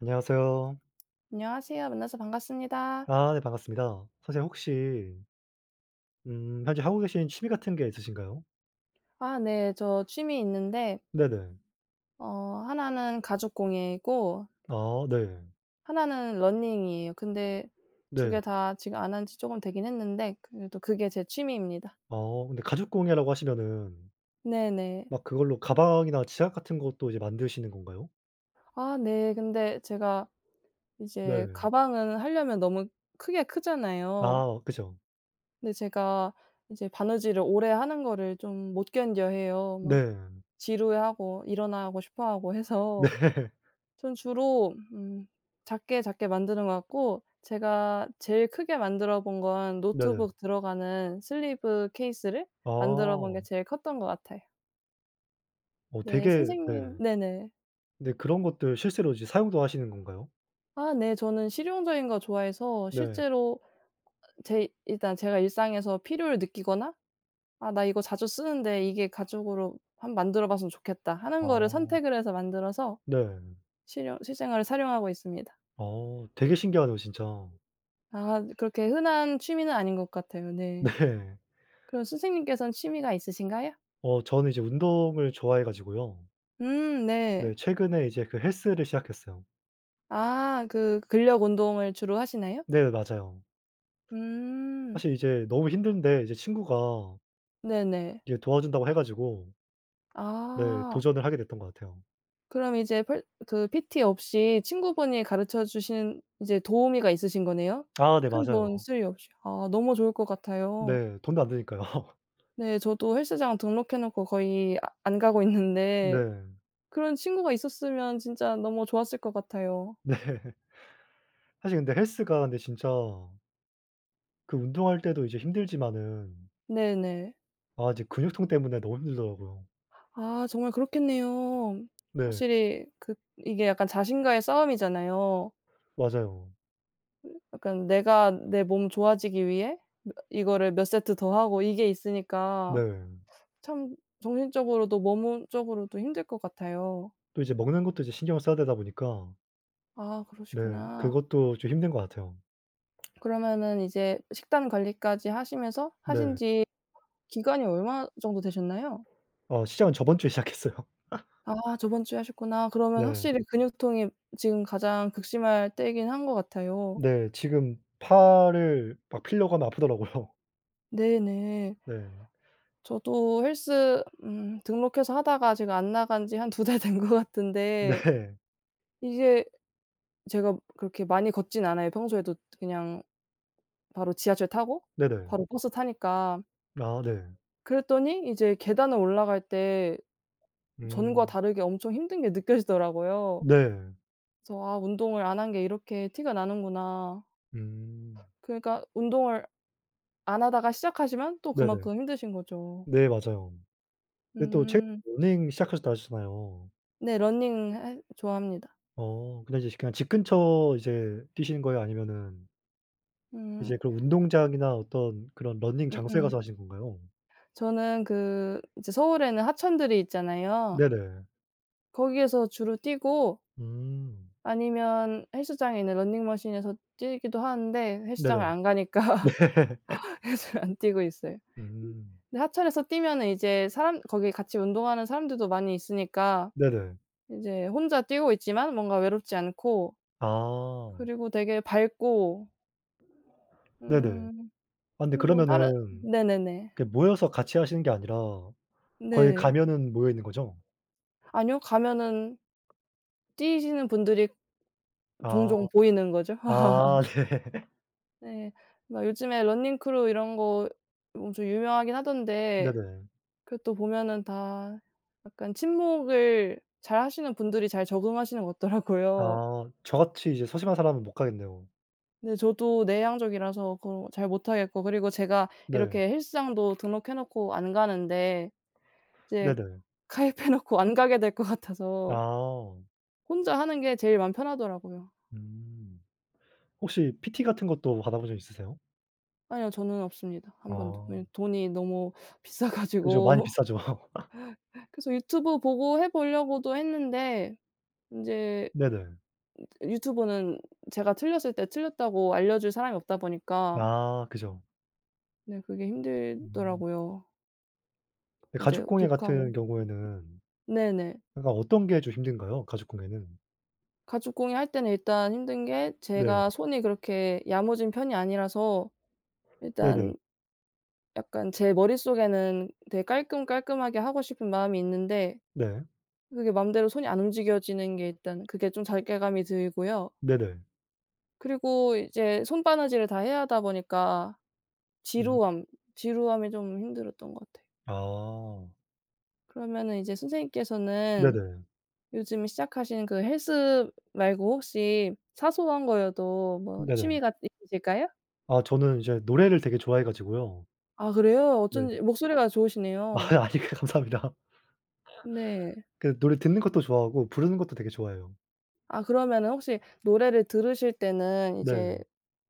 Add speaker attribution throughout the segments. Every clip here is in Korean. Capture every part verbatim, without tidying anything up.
Speaker 1: 안녕하세요.
Speaker 2: 안녕하세요. 만나서 반갑습니다.
Speaker 1: 아 네, 반갑습니다. 선생님 혹시 음 현재 하고 계신 취미 같은 게 있으신가요?
Speaker 2: 아 네. 저 취미 있는데
Speaker 1: 네네.
Speaker 2: 어 하나는 가죽 공예이고
Speaker 1: 아 네.
Speaker 2: 하나는 러닝이에요. 근데 두
Speaker 1: 네.
Speaker 2: 개 다 지금 안 한 지 조금 되긴 했는데 그래도 그게 제 취미입니다.
Speaker 1: 어 근데 가죽 공예라고 하시면은
Speaker 2: 네네.
Speaker 1: 막 그걸로 가방이나 지갑 같은 것도 이제 만드시는 건가요?
Speaker 2: 아 네. 근데 제가 이제
Speaker 1: 네.
Speaker 2: 가방은 하려면 너무 크게 크잖아요.
Speaker 1: 아 그죠.
Speaker 2: 근데 제가 이제 바느질을 오래 하는 거를 좀 못 견뎌해요. 막
Speaker 1: 네.
Speaker 2: 지루해하고 일어나고 싶어 하고
Speaker 1: 네.
Speaker 2: 해서 전 주로 음 작게 작게 만드는 것 같고 제가 제일 크게 만들어 본 건
Speaker 1: 네네.
Speaker 2: 노트북 들어가는 슬리브 케이스를 만들어 본
Speaker 1: 아.
Speaker 2: 게 제일 컸던 것 같아요.
Speaker 1: 어
Speaker 2: 네
Speaker 1: 되게
Speaker 2: 선생님
Speaker 1: 네.
Speaker 2: 네네.
Speaker 1: 근데 그런 것들 실제로 이제 사용도 하시는 건가요?
Speaker 2: 아 네. 저는 실용적인 거 좋아해서
Speaker 1: 네.
Speaker 2: 실제로 제 일단 제가 일상에서 필요를 느끼거나 '아 나 이거 자주 쓰는데 이게 가죽으로 한번 만들어 봤으면 좋겠다.' 하는
Speaker 1: 아.
Speaker 2: 거를 선택을 해서 만들어서
Speaker 1: 네.
Speaker 2: 실용 실생활에 활용하고 있습니다.
Speaker 1: 어 되게 신기하네요 진짜.
Speaker 2: 아 그렇게 흔한 취미는 아닌 것 같아요. 네.
Speaker 1: 네.
Speaker 2: 그럼 선생님께서는 취미가 있으신가요?
Speaker 1: 어 저는 이제 운동을 좋아해 가지고요.
Speaker 2: 음
Speaker 1: 네.
Speaker 2: 네.
Speaker 1: 최근에 이제 그 헬스를 시작했어요.
Speaker 2: 아 그 근력 운동을 주로 하시나요?
Speaker 1: 네. 맞아요.
Speaker 2: 음.
Speaker 1: 사실 이제 너무 힘든데 이제 친구가
Speaker 2: 네네.
Speaker 1: 이제 도와준다고 해 가지고 네,
Speaker 2: 아
Speaker 1: 도전을 하게 됐던 것 같아요.
Speaker 2: 그럼 이제 펄 그 피티 없이 친구분이 가르쳐 주신 이제 도우미가 있으신 거네요?
Speaker 1: 아 네.
Speaker 2: 큰 돈
Speaker 1: 맞아요.
Speaker 2: 쓸 일 없이. 아 너무 좋을 것 같아요.
Speaker 1: 네. 돈도 안 드니까요.
Speaker 2: 네 저도 헬스장 등록해 놓고 거의 아 안 가고 있는데
Speaker 1: 네.
Speaker 2: 그런 친구가 있었으면 진짜 너무 좋았을 것 같아요.
Speaker 1: 네. 사실 근데 헬스가 근데 진짜 그 운동할 때도 이제 힘들지만은
Speaker 2: 네네.
Speaker 1: 아 이제 근육통 때문에 너무 힘들더라고요.
Speaker 2: 아 정말 그렇겠네요.
Speaker 1: 네.
Speaker 2: 확실히 그 이게 약간 자신과의 싸움이잖아요.
Speaker 1: 맞아요.
Speaker 2: 약간 내가 내 몸 좋아지기 위해 몇 이거를 몇 세트 더 하고 이게 있으니까
Speaker 1: 네.
Speaker 2: 참 정신적으로도 몸적으로도 힘들 것 같아요.
Speaker 1: 또 이제 먹는 것도 이제 신경을 써야 되다 보니까
Speaker 2: 아
Speaker 1: 네,
Speaker 2: 그러시구나.
Speaker 1: 그것도 좀 힘든 것 같아요.
Speaker 2: 그러면은 이제 식단 관리까지 하시면서 하신
Speaker 1: 네.
Speaker 2: 지 기간이 얼마 정도 되셨나요?
Speaker 1: 어 시작은 저번 주에 시작했어요.
Speaker 2: 아 저번 주에 하셨구나. 그러면
Speaker 1: 네.
Speaker 2: 확실히 근육통이 지금 가장 극심할 때이긴 한 것 같아요.
Speaker 1: 네. 지금 팔을 막 피려고 하면 아프더라고요.
Speaker 2: 네네.
Speaker 1: 네.
Speaker 2: 저도 헬스 음 등록해서 하다가 제가 안 나간 지 한 두 달 된 것 같은데
Speaker 1: 네.
Speaker 2: 이게 제가 그렇게 많이 걷진 않아요. 평소에도 그냥 바로 지하철 타고
Speaker 1: 네네.
Speaker 2: 바로 버스 타니까.
Speaker 1: 아 네.
Speaker 2: 그랬더니 이제 계단을 올라갈 때 전과
Speaker 1: 음.
Speaker 2: 다르게 엄청 힘든 게 느껴지더라고요.
Speaker 1: 네.
Speaker 2: 그래서 '아 운동을 안 한 게 이렇게 티가 나는구나.'
Speaker 1: 음.
Speaker 2: 그러니까 운동을 안 하다가 시작하시면 또
Speaker 1: 네네.
Speaker 2: 그만큼 힘드신 거죠.
Speaker 1: 네 맞아요. 근데 또 최근에
Speaker 2: 음.
Speaker 1: 러닝 시작하셨다 하셨잖아요.
Speaker 2: 네 러닝 해 좋아합니다.
Speaker 1: 어 근데 이제 그냥 집 근처 이제 뛰시는 거예요? 아니면은 이제
Speaker 2: 음.
Speaker 1: 그런 운동장이나 어떤 그런 러닝 장소에
Speaker 2: 음음.
Speaker 1: 가서 하신 건가요?
Speaker 2: 저는 그 이제 서울에는 하천들이 있잖아요.
Speaker 1: 네네.
Speaker 2: 거기에서 주로 뛰고
Speaker 1: 음.
Speaker 2: 아니면 헬스장에 있는 러닝머신에서 뛰기도 하는데 헬스장을
Speaker 1: 네네.
Speaker 2: 안 가니까 헬스를 안 뛰고 있어요.
Speaker 1: 음.
Speaker 2: 근데 하천에서 뛰면은 이제 사람 거기 같이 운동하는 사람들도 많이 있으니까
Speaker 1: 네네.
Speaker 2: 이제 혼자 뛰고 있지만 뭔가 외롭지 않고
Speaker 1: 아.
Speaker 2: 그리고 되게 밝고
Speaker 1: 네네.
Speaker 2: 음
Speaker 1: 아 근데
Speaker 2: 그리고 다른
Speaker 1: 그러면은
Speaker 2: 네네네.
Speaker 1: 그 모여서 같이 하시는 게 아니라 거기
Speaker 2: 네.
Speaker 1: 가면은 모여 있는 거죠?
Speaker 2: 아니요. 가면은 뛰시는 분들이
Speaker 1: 아.
Speaker 2: 종종 보이는 거죠.
Speaker 1: 아
Speaker 2: 네. 막 요즘에 러닝 크루 이런 거 엄청 유명하긴
Speaker 1: 네.
Speaker 2: 하던데
Speaker 1: 네네.
Speaker 2: 그것도 보면은 다 약간 침묵을 잘하시는 분들이 잘 적응하시는 것 같더라고요.
Speaker 1: 아 저같이 이제 소심한 사람은 못 가겠네요.
Speaker 2: 근데 저도 내향적이라서 그런 거 잘 못하겠고 그리고 제가
Speaker 1: 네.
Speaker 2: 이렇게 헬스장도 등록해 놓고 안 가는데 이제
Speaker 1: 네네.
Speaker 2: 가입해 놓고 안 가게 될 것 같아서
Speaker 1: 아.
Speaker 2: 혼자 하는 게 제일 마음 편하더라고요.
Speaker 1: 음. 혹시 피티 같은 것도 받아 보신 적 있으세요?
Speaker 2: 아니요. 저는 없습니다 한 번도.
Speaker 1: 아.
Speaker 2: 왜냐면 돈이 너무 비싸
Speaker 1: 그죠. 많이
Speaker 2: 가지고.
Speaker 1: 비싸죠.
Speaker 2: 그래서 유튜브 보고 해 보려고도 했는데 인제
Speaker 1: 네네.
Speaker 2: 유튜브는 제가 틀렸을 때 틀렸다고 알려줄 사람이 없다 보니까
Speaker 1: 아 그죠.
Speaker 2: 네 그게
Speaker 1: 음.
Speaker 2: 힘들더라고요.
Speaker 1: 네
Speaker 2: 인제
Speaker 1: 가족 공예
Speaker 2: 독학
Speaker 1: 같은
Speaker 2: 고
Speaker 1: 경우에는
Speaker 2: 네네.
Speaker 1: 약간 어떤 게 좀 힘든가요? 가족 공예는?
Speaker 2: 가죽 공예할 때는 일단 힘든 게
Speaker 1: 네.
Speaker 2: 제가 손이 그렇게 야무진 편이 아니라서
Speaker 1: 네네.
Speaker 2: 일단 약간 제 머릿속에는 되게 깔끔깔끔하게 하고 싶은 마음이 있는데
Speaker 1: 네.
Speaker 2: 그게 맘대로 손이 안 움직여지는 게 일단 그게 좀 자괴감이 들고요.
Speaker 1: 네네.
Speaker 2: 그리고 이제 손바느질을 다 해야 하다 보니까
Speaker 1: 음.
Speaker 2: 지루함, 지루함이 좀 힘들었던 것 같아요.
Speaker 1: 아.
Speaker 2: 그러면은 이제 선생님께서는
Speaker 1: 네네.
Speaker 2: 요즘 시작하신 그 헬스 말고 혹시 사소한 거여도 뭐
Speaker 1: 네네.
Speaker 2: 취미가 있으실까요?
Speaker 1: 아 저는 이제 노래를 되게 좋아해 가지고요.
Speaker 2: 아 그래요?
Speaker 1: 네.
Speaker 2: 어쩐지 목소리가
Speaker 1: 아
Speaker 2: 좋으시네요.
Speaker 1: 아니 그 감사합니다.
Speaker 2: 네.
Speaker 1: 그 노래 듣는 것도 좋아하고 부르는 것도 되게 좋아해요.
Speaker 2: 아 그러면은 혹시 노래를 들으실 때는
Speaker 1: 네.
Speaker 2: 이제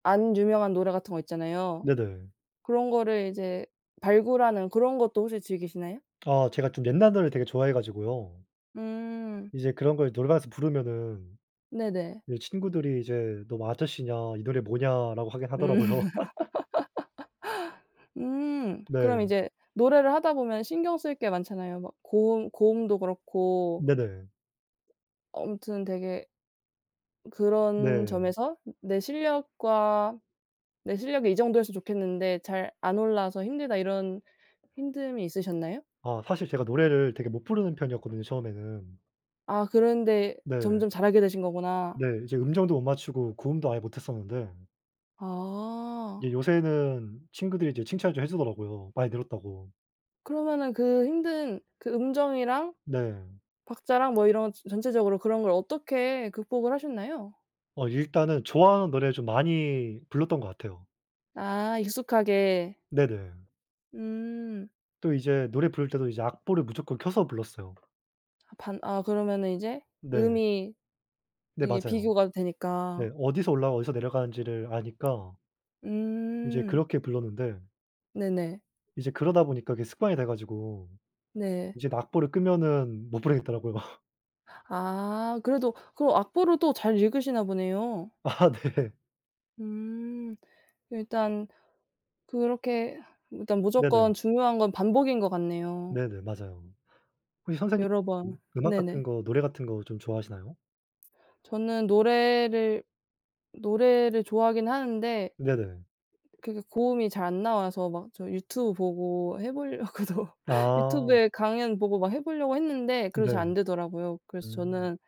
Speaker 2: 안 유명한 노래 같은 거 있잖아요.
Speaker 1: 네네.
Speaker 2: 그런 거를 이제 발굴하는 그런 것도 혹시 즐기시나요?
Speaker 1: 아 제가 좀 옛날 노래를 되게 좋아해 가지고요.
Speaker 2: 음.
Speaker 1: 이제 그런 걸 노래방에서 부르면은
Speaker 2: 네네.
Speaker 1: 이제 친구들이 이제 "너 뭐 아저씨냐. 이 노래 뭐냐."라고 하긴 하더라고요.
Speaker 2: 음. 음. 그럼
Speaker 1: 네.
Speaker 2: 이제 노래를 하다 보면 신경 쓸 게 많잖아요. 막 고음 고음도 그렇고
Speaker 1: 네네.
Speaker 2: 아무튼 되게 그런
Speaker 1: 네.
Speaker 2: 점에서 '내 실력과 내 실력이 이 정도였으면 좋겠는데 잘 안 올라와서 힘들다.' 이런 힘듦이 있으셨나요?
Speaker 1: 아 사실 제가 노래를 되게 못 부르는 편이었거든요 처음에는.
Speaker 2: 아 그런데
Speaker 1: 네.
Speaker 2: 점점 잘하게 되신 거구나.
Speaker 1: 네. 이제 음정도 못 맞추고 고음도 아예 못 했었는데
Speaker 2: 아.
Speaker 1: 이제 요새는 친구들이 이제 칭찬을 좀 해 주더라고요 많이 늘었다고.
Speaker 2: 그러면은 그 힘든 그 음정이랑
Speaker 1: 네.
Speaker 2: 박자랑 뭐 이런 저 전체적으로 그런 걸 어떻게 극복을 하셨나요?
Speaker 1: 어 일단은 좋아하는 노래 좀 많이 불렀던 것 같아요.
Speaker 2: 아 익숙하게.
Speaker 1: 네네.
Speaker 2: 음.
Speaker 1: 또 이제 노래 부를 때도 이제 악보를 무조건 켜서 불렀어요.
Speaker 2: 아 반 아 그러면은 이제
Speaker 1: 네.
Speaker 2: 음이
Speaker 1: 네
Speaker 2: 이게
Speaker 1: 맞아요.
Speaker 2: 비교가 되니까.
Speaker 1: 네. 어디서 올라와 어디서 내려가는지를 아니까 이제
Speaker 2: 음.
Speaker 1: 그렇게 불렀는데
Speaker 2: 네네.
Speaker 1: 이제 그러다 보니까 그게 습관이 돼 가지고
Speaker 2: 네.
Speaker 1: 이제 악보를 끄면은 못 부르겠더라고요.
Speaker 2: 아 그래도 그 악보를 또 잘 읽으시나 보네요.
Speaker 1: 아 네.
Speaker 2: 음. 일단 그렇게 일단
Speaker 1: 네네.
Speaker 2: 무조건 중요한 건 반복인 것 같네요.
Speaker 1: 네네. 맞아요. 혹시 선생님
Speaker 2: 여러
Speaker 1: 음
Speaker 2: 번.
Speaker 1: 음악 같은
Speaker 2: 네네.
Speaker 1: 거 노래 같은 거 좀 좋아하시나요?
Speaker 2: 저는 노래를 노래를 좋아하긴 하는데
Speaker 1: 네네.
Speaker 2: 그게 고음이 잘 안 나와서 막 저 유튜브 보고 해 보려고도
Speaker 1: 아.
Speaker 2: 유튜브에 강연 보고 막 해 보려고 했는데 그래도 잘
Speaker 1: 네.
Speaker 2: 안 되더라고요. 그래서
Speaker 1: 음.
Speaker 2: 저는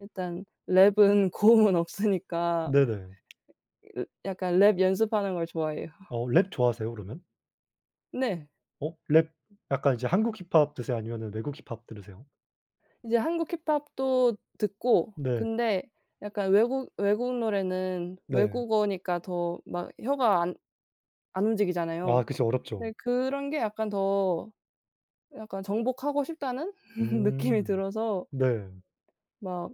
Speaker 2: 일단 랩은 고음은 없으니까
Speaker 1: 네네.
Speaker 2: 으 약간 랩 연습하는 걸 좋아해요.
Speaker 1: 어 랩 좋아하세요 그러면?
Speaker 2: 네.
Speaker 1: 어? 랩 약간 이제 한국 힙합 들으세요? 아니면은 외국 힙합 들으세요?
Speaker 2: 이제 한국 힙합도 듣고
Speaker 1: 네.
Speaker 2: 근데 약간 외국 외국 노래는
Speaker 1: 네.
Speaker 2: 외국어니까 더 막 혀가 안 안
Speaker 1: 아
Speaker 2: 움직이잖아요.
Speaker 1: 그쵸. 어렵죠.
Speaker 2: 네 그런 게 약간 더 약간 정복하고 싶다는 느낌이
Speaker 1: 음.
Speaker 2: 들어서
Speaker 1: 네.
Speaker 2: 막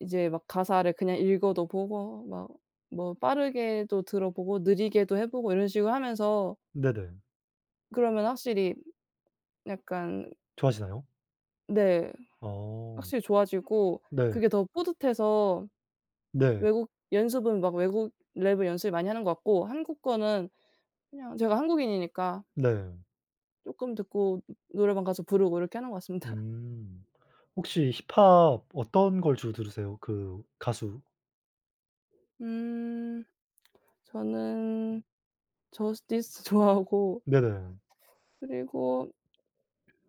Speaker 2: 이제 막 가사를 그냥 읽어도 보고 막 뭐 빠르게도 들어보고 느리게도 해 보고 이런 식으로 하면서
Speaker 1: 네네.
Speaker 2: 그러면 확실히 약간
Speaker 1: 좋아하시나요?
Speaker 2: 네
Speaker 1: 어.
Speaker 2: 확실히 좋아지고
Speaker 1: 네.
Speaker 2: 그게 더 뿌듯해서
Speaker 1: 네.
Speaker 2: 외국 연습은 막 외국 랩을 연습을 많이 하는 것 같고 한국 거는 그냥 제가 한국인이니까
Speaker 1: 네.
Speaker 2: 쪼끔 듣고 노래방 가서 부르고 이렇게 하는 것 같습니다.
Speaker 1: 음. 혹시 힙합 어떤 걸 주로 들으세요? 그 가수?
Speaker 2: 음 저는 저스티스 좋아하고
Speaker 1: 네네.
Speaker 2: 그리고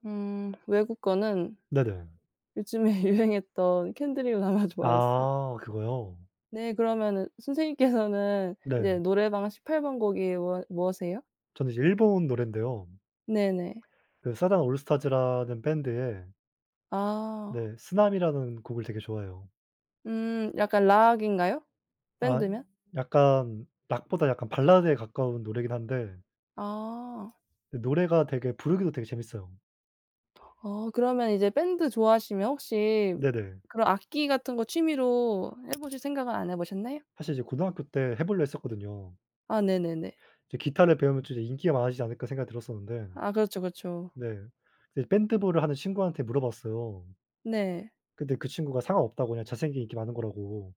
Speaker 2: 음 외국 거는
Speaker 1: 네네.
Speaker 2: 요즘에 유행했던 켄드릭 라마 좋아했어요.
Speaker 1: 아 그거요?
Speaker 2: 네 그러면은 선생님께서는
Speaker 1: 네.
Speaker 2: 이제 노래방 십팔 번 곡이 뭐 뭐세요?
Speaker 1: 저는 이제 일본 노랜데요.
Speaker 2: 네네.
Speaker 1: 그 사단 올스타즈라는 밴드의
Speaker 2: 아.
Speaker 1: 네 스나미라는 곡을 되게 좋아해요.
Speaker 2: 음 약간 락인가요?
Speaker 1: 아
Speaker 2: 밴드면?
Speaker 1: 약간 락보다 약간 발라드에 가까운 노래긴 한데
Speaker 2: 아.
Speaker 1: 근데 노래가 되게 부르기도 되게 재밌어요.
Speaker 2: 어 그러면 이제 밴드 좋아하시면 혹시
Speaker 1: 네네.
Speaker 2: 그런 악기 같은 거 취미로 해 보실 생각은 안 해 보셨나요?
Speaker 1: 사실 이제 고등학교 때 해 보려 했었거든요.
Speaker 2: 아 네네네.
Speaker 1: 이제 '기타를 배우면 좀 이제 인기가 많아지지 않을까?' 생각이 들었었는데
Speaker 2: 아 그렇죠, 그렇죠.
Speaker 1: 네. 이제 밴드부를 하는 친구한테 물어봤어요.
Speaker 2: 네.
Speaker 1: 근데 그 친구가 상관없다고 그냥 잘생긴 인기 많은 거라고.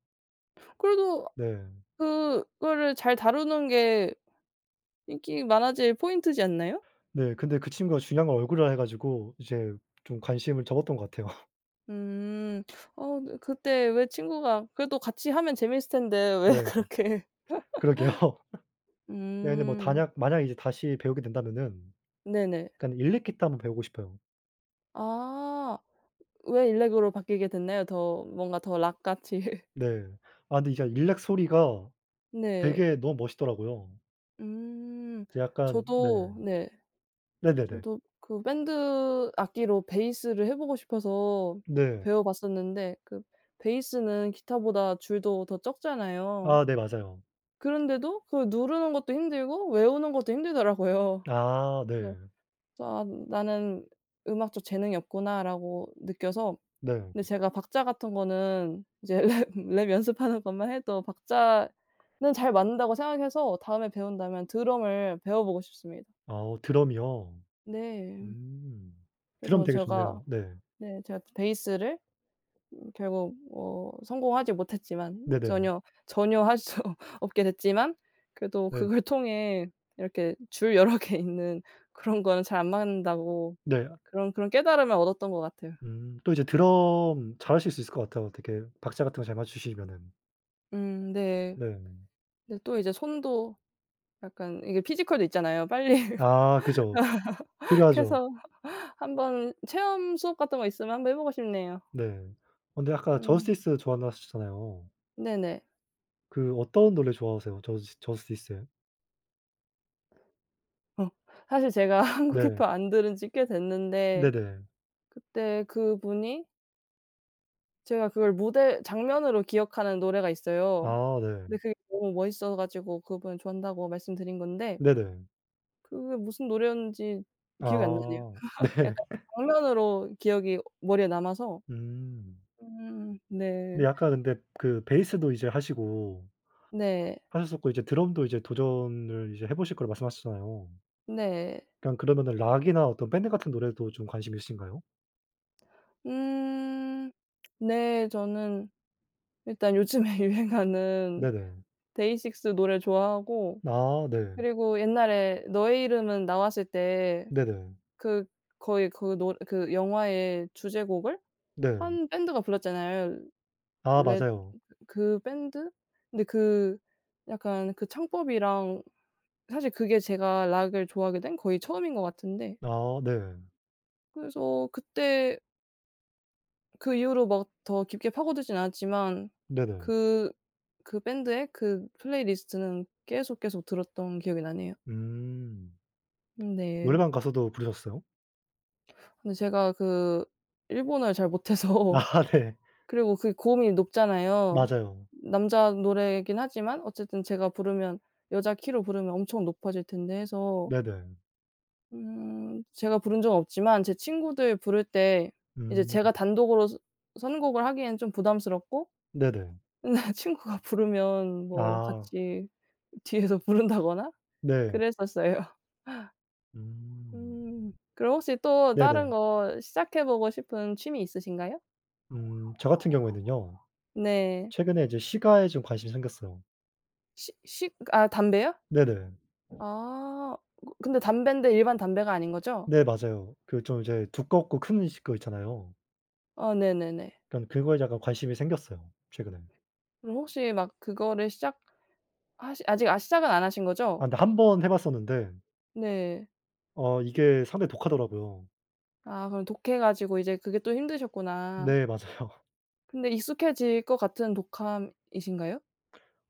Speaker 2: 그래도
Speaker 1: 네.
Speaker 2: 그거를 잘 다루는 게 인기 많아질 포인트지 않나요?
Speaker 1: 네. 근데 그 친구가 중요한 건 얼굴이라 해 가지고 이제 좀 관심을 접었던 것 같아요.
Speaker 2: 음. 어 네 그때 왜 친구가 그래도 같이 하면 재미있을 텐데 왜
Speaker 1: 네.
Speaker 2: 그렇게
Speaker 1: 그러게요. 네 근데 뭐
Speaker 2: 음.
Speaker 1: 단약 만약에 이제 다시 배우게 된다면은
Speaker 2: 네네.
Speaker 1: 약간 일렉 기타 한번 배우고 싶어요.
Speaker 2: 아. 왜 일렉으로 바뀌게 됐나요? 더 뭔가 더 락 같이.
Speaker 1: 네. 아 근데 이게 일렉 소리가
Speaker 2: 네.
Speaker 1: 되게 너무 멋있더라고요.
Speaker 2: 음.
Speaker 1: 이제 약간 네.
Speaker 2: 저도 네.
Speaker 1: 네네네.
Speaker 2: 저도 그 밴드 악기로 베이스를 해 보고 싶어서
Speaker 1: 네.
Speaker 2: 배워 봤었는데 그 베이스는 기타보다 줄도 더 적잖아요.
Speaker 1: 아 네 맞아요.
Speaker 2: 그런데도 그걸 누르는 것도 힘들고 외우는 것도 힘들더라고요.
Speaker 1: 아 네.
Speaker 2: 그래서 '아 나는 음악 쪽 재능이 없구나.'라고 느껴서
Speaker 1: 네.
Speaker 2: 근데 제가 박자 같은 거는 이제 랩 랩 연습하는 것만 해도 박자는 잘 맞는다고 생각해서 다음에 배운다면 드럼을 배워 보고 싶습니다.
Speaker 1: 아 어 드럼이요?
Speaker 2: 네.
Speaker 1: 음. 드럼
Speaker 2: 그래서
Speaker 1: 되게
Speaker 2: 제가
Speaker 1: 좋네요. 네.
Speaker 2: 네. 제가 베이스를 음 결국 뭐 성공하지 못했지만
Speaker 1: 네네.
Speaker 2: 전혀 전혀 할 수 없게 됐지만 그래도
Speaker 1: 네.
Speaker 2: 그걸 통해 이렇게 줄 여러 개 있는 그런 거는 잘 안 맞는다고
Speaker 1: 네.
Speaker 2: 그런 그런 깨달음을 얻었던 것 같아요.
Speaker 1: 음 또 이제 드럼 잘하실 수 있을 것 같아요. 되게 박자 같은 거 잘 맞추시면은.
Speaker 2: 음 네.
Speaker 1: 네.
Speaker 2: 근데 또 이제 손도 약간 이게 피지컬도 있잖아요. 빨리
Speaker 1: 아 그죠. 필요하죠.
Speaker 2: 해서 한번 체험 수업 같은 거 있으면 한번 해 보고 싶네요.
Speaker 1: 네. 어, 근데 아까
Speaker 2: 음
Speaker 1: 저스티스 좋아한다 하셨잖아요.
Speaker 2: 네네.
Speaker 1: 그 어떤 노래 좋아하세요? 저스 저스티스의?
Speaker 2: 어 사실 제가 한국
Speaker 1: 네.
Speaker 2: 힙합 안 들은 지 꽤 됐는데
Speaker 1: 네네.
Speaker 2: 그때 그분이 제가 그걸 무대 장면으로 기억하는 노래가 있어요.
Speaker 1: 아 네.
Speaker 2: 근데 그게 너무 멋있어 가지고 그분 좋아한다고 말씀드린 건데
Speaker 1: 네네.
Speaker 2: 그게 무슨 노래였는지 기억이 안 나네요.
Speaker 1: 아
Speaker 2: 약간 장면으로 기억이 머리에 남아서
Speaker 1: 네. 음.
Speaker 2: 음
Speaker 1: 근데
Speaker 2: 네.
Speaker 1: 약간 근데 그 베이스도 이제 하시고
Speaker 2: 네.
Speaker 1: 하셨었고 이제 드럼도 이제 도전을 이제 해 보실 거라고 말씀하셨잖아요.
Speaker 2: 네.
Speaker 1: 그냥 그러면은 락이나 어떤 밴드 같은 노래도 좀 관심이 있으신가요?
Speaker 2: 음 네 저는 일단 요즘에 유행하는
Speaker 1: 네네.
Speaker 2: 데이식스 노래 좋아하고
Speaker 1: 아 네.
Speaker 2: 그리고 옛날에 너의 이름은 나왔을 때
Speaker 1: 네네.
Speaker 2: 그 거의 그 노 그 영화의 주제곡을
Speaker 1: 네.
Speaker 2: 한 밴드가 불렀잖아요.
Speaker 1: 아
Speaker 2: 레
Speaker 1: 맞아요.
Speaker 2: 그 밴드? 근데 그 약간 그 창법이랑 사실 그게 제가 락을 좋아하게 된 거의 처음인 것 같은데
Speaker 1: 아 네.
Speaker 2: 그래서 그때 그 이후로 막 더 깊게 파고들진 않았지만
Speaker 1: 네네.
Speaker 2: 그 그 밴드의 그 플레이리스트는 계속, 계속 들었던 기억이 나네요.
Speaker 1: 음.
Speaker 2: 음 네.
Speaker 1: 노래방 가서도 부르셨어요?
Speaker 2: 근데 제가 그 일본어를 잘 못해서
Speaker 1: 아 네.
Speaker 2: 그리고 그 고음이 높잖아요.
Speaker 1: 맞아요.
Speaker 2: 남자 노래이긴 하지만 어쨌든 제가 부르면 여자 키로 부르면 엄청 높아질 텐데 해서
Speaker 1: 네네.
Speaker 2: 음 제가 부른 적은 없지만 제 친구들 부를 때 이제
Speaker 1: 음.
Speaker 2: 제가 단독으로 서 선곡을 하기에는 좀 부담스럽고
Speaker 1: 네네.
Speaker 2: 맨날 친구가 부르면 뭐
Speaker 1: 아
Speaker 2: 같이 뒤에서 부른다거나
Speaker 1: 네.
Speaker 2: 그랬었어요.
Speaker 1: 음.
Speaker 2: 음. 그럼 혹시 또 다른
Speaker 1: 네네.
Speaker 2: 거 시작해 보고 싶은 취미 있으신가요?
Speaker 1: 음 저 같은 경우에는요.
Speaker 2: 네.
Speaker 1: 최근에 이제 시가에 좀 관심이 생겼어요.
Speaker 2: 시 시 아 담배요?
Speaker 1: 네네.
Speaker 2: 아. 그 근데 담배인데 일반 담배가 아닌 거죠?
Speaker 1: 네 맞아요. 그 좀 이제 두껍고 큰 시 거 있잖아요.
Speaker 2: 어 네네네.
Speaker 1: 그러니깐 그거에 약간 관심이 생겼어요 최근에.
Speaker 2: 그럼 혹시 막 그거를 시작하시 아직 아 시작은 안 하신
Speaker 1: 아
Speaker 2: 거죠?
Speaker 1: 근데 한 번 해 봤었는데
Speaker 2: 네.
Speaker 1: 어 이게 상당히 독하더라고요.
Speaker 2: 아 그럼 독해 가지고 이제 그게 또 힘드셨구나.
Speaker 1: 네 맞아요.
Speaker 2: 근데 익숙해질 것 같은 독감이신가요?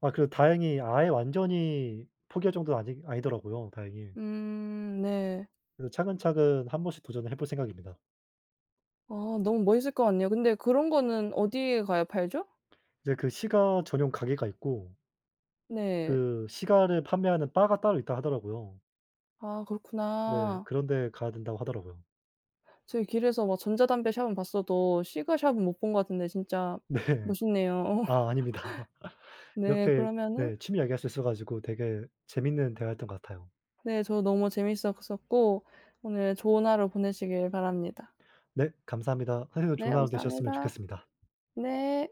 Speaker 1: 아 그래도 다행히 아예 완전히 포기할 정도는 아니 아니더라고요 다행히.
Speaker 2: 음 네.
Speaker 1: 그래서 차근차근 한 번씩 도전을 해 볼 생각입니다.
Speaker 2: 아 너무 멋있을 것 같네요. 근데 그런 거는 어디에 가야 팔죠?
Speaker 1: 이제 그 시가 전용 가게가 있고
Speaker 2: 네.
Speaker 1: 그 시가를 판매하는 바가 따로 있다 하더라고요.
Speaker 2: 아
Speaker 1: 네.
Speaker 2: 그렇구나.
Speaker 1: 그런 데 가야 된다고 하더라고요.
Speaker 2: 저희 길에서 막 전자담배 샵은 봤어도 시가샵은 못 본 것 같은데 진짜
Speaker 1: 네.
Speaker 2: 멋있네요.
Speaker 1: 아 아닙니다.
Speaker 2: 네.
Speaker 1: 이렇게
Speaker 2: 그러면은
Speaker 1: 네 취미 이야기할 수 있어 가지고 되게 재밌는 대화였던 것 같아요.
Speaker 2: 네. 저 너무 재밌었었고 오늘 좋은 하루 보내시길 바랍니다.
Speaker 1: 네 감사합니다. 선생님
Speaker 2: 네.
Speaker 1: 좋은 하루 되셨으면
Speaker 2: 감사합니다.
Speaker 1: 좋겠습니다.
Speaker 2: 네.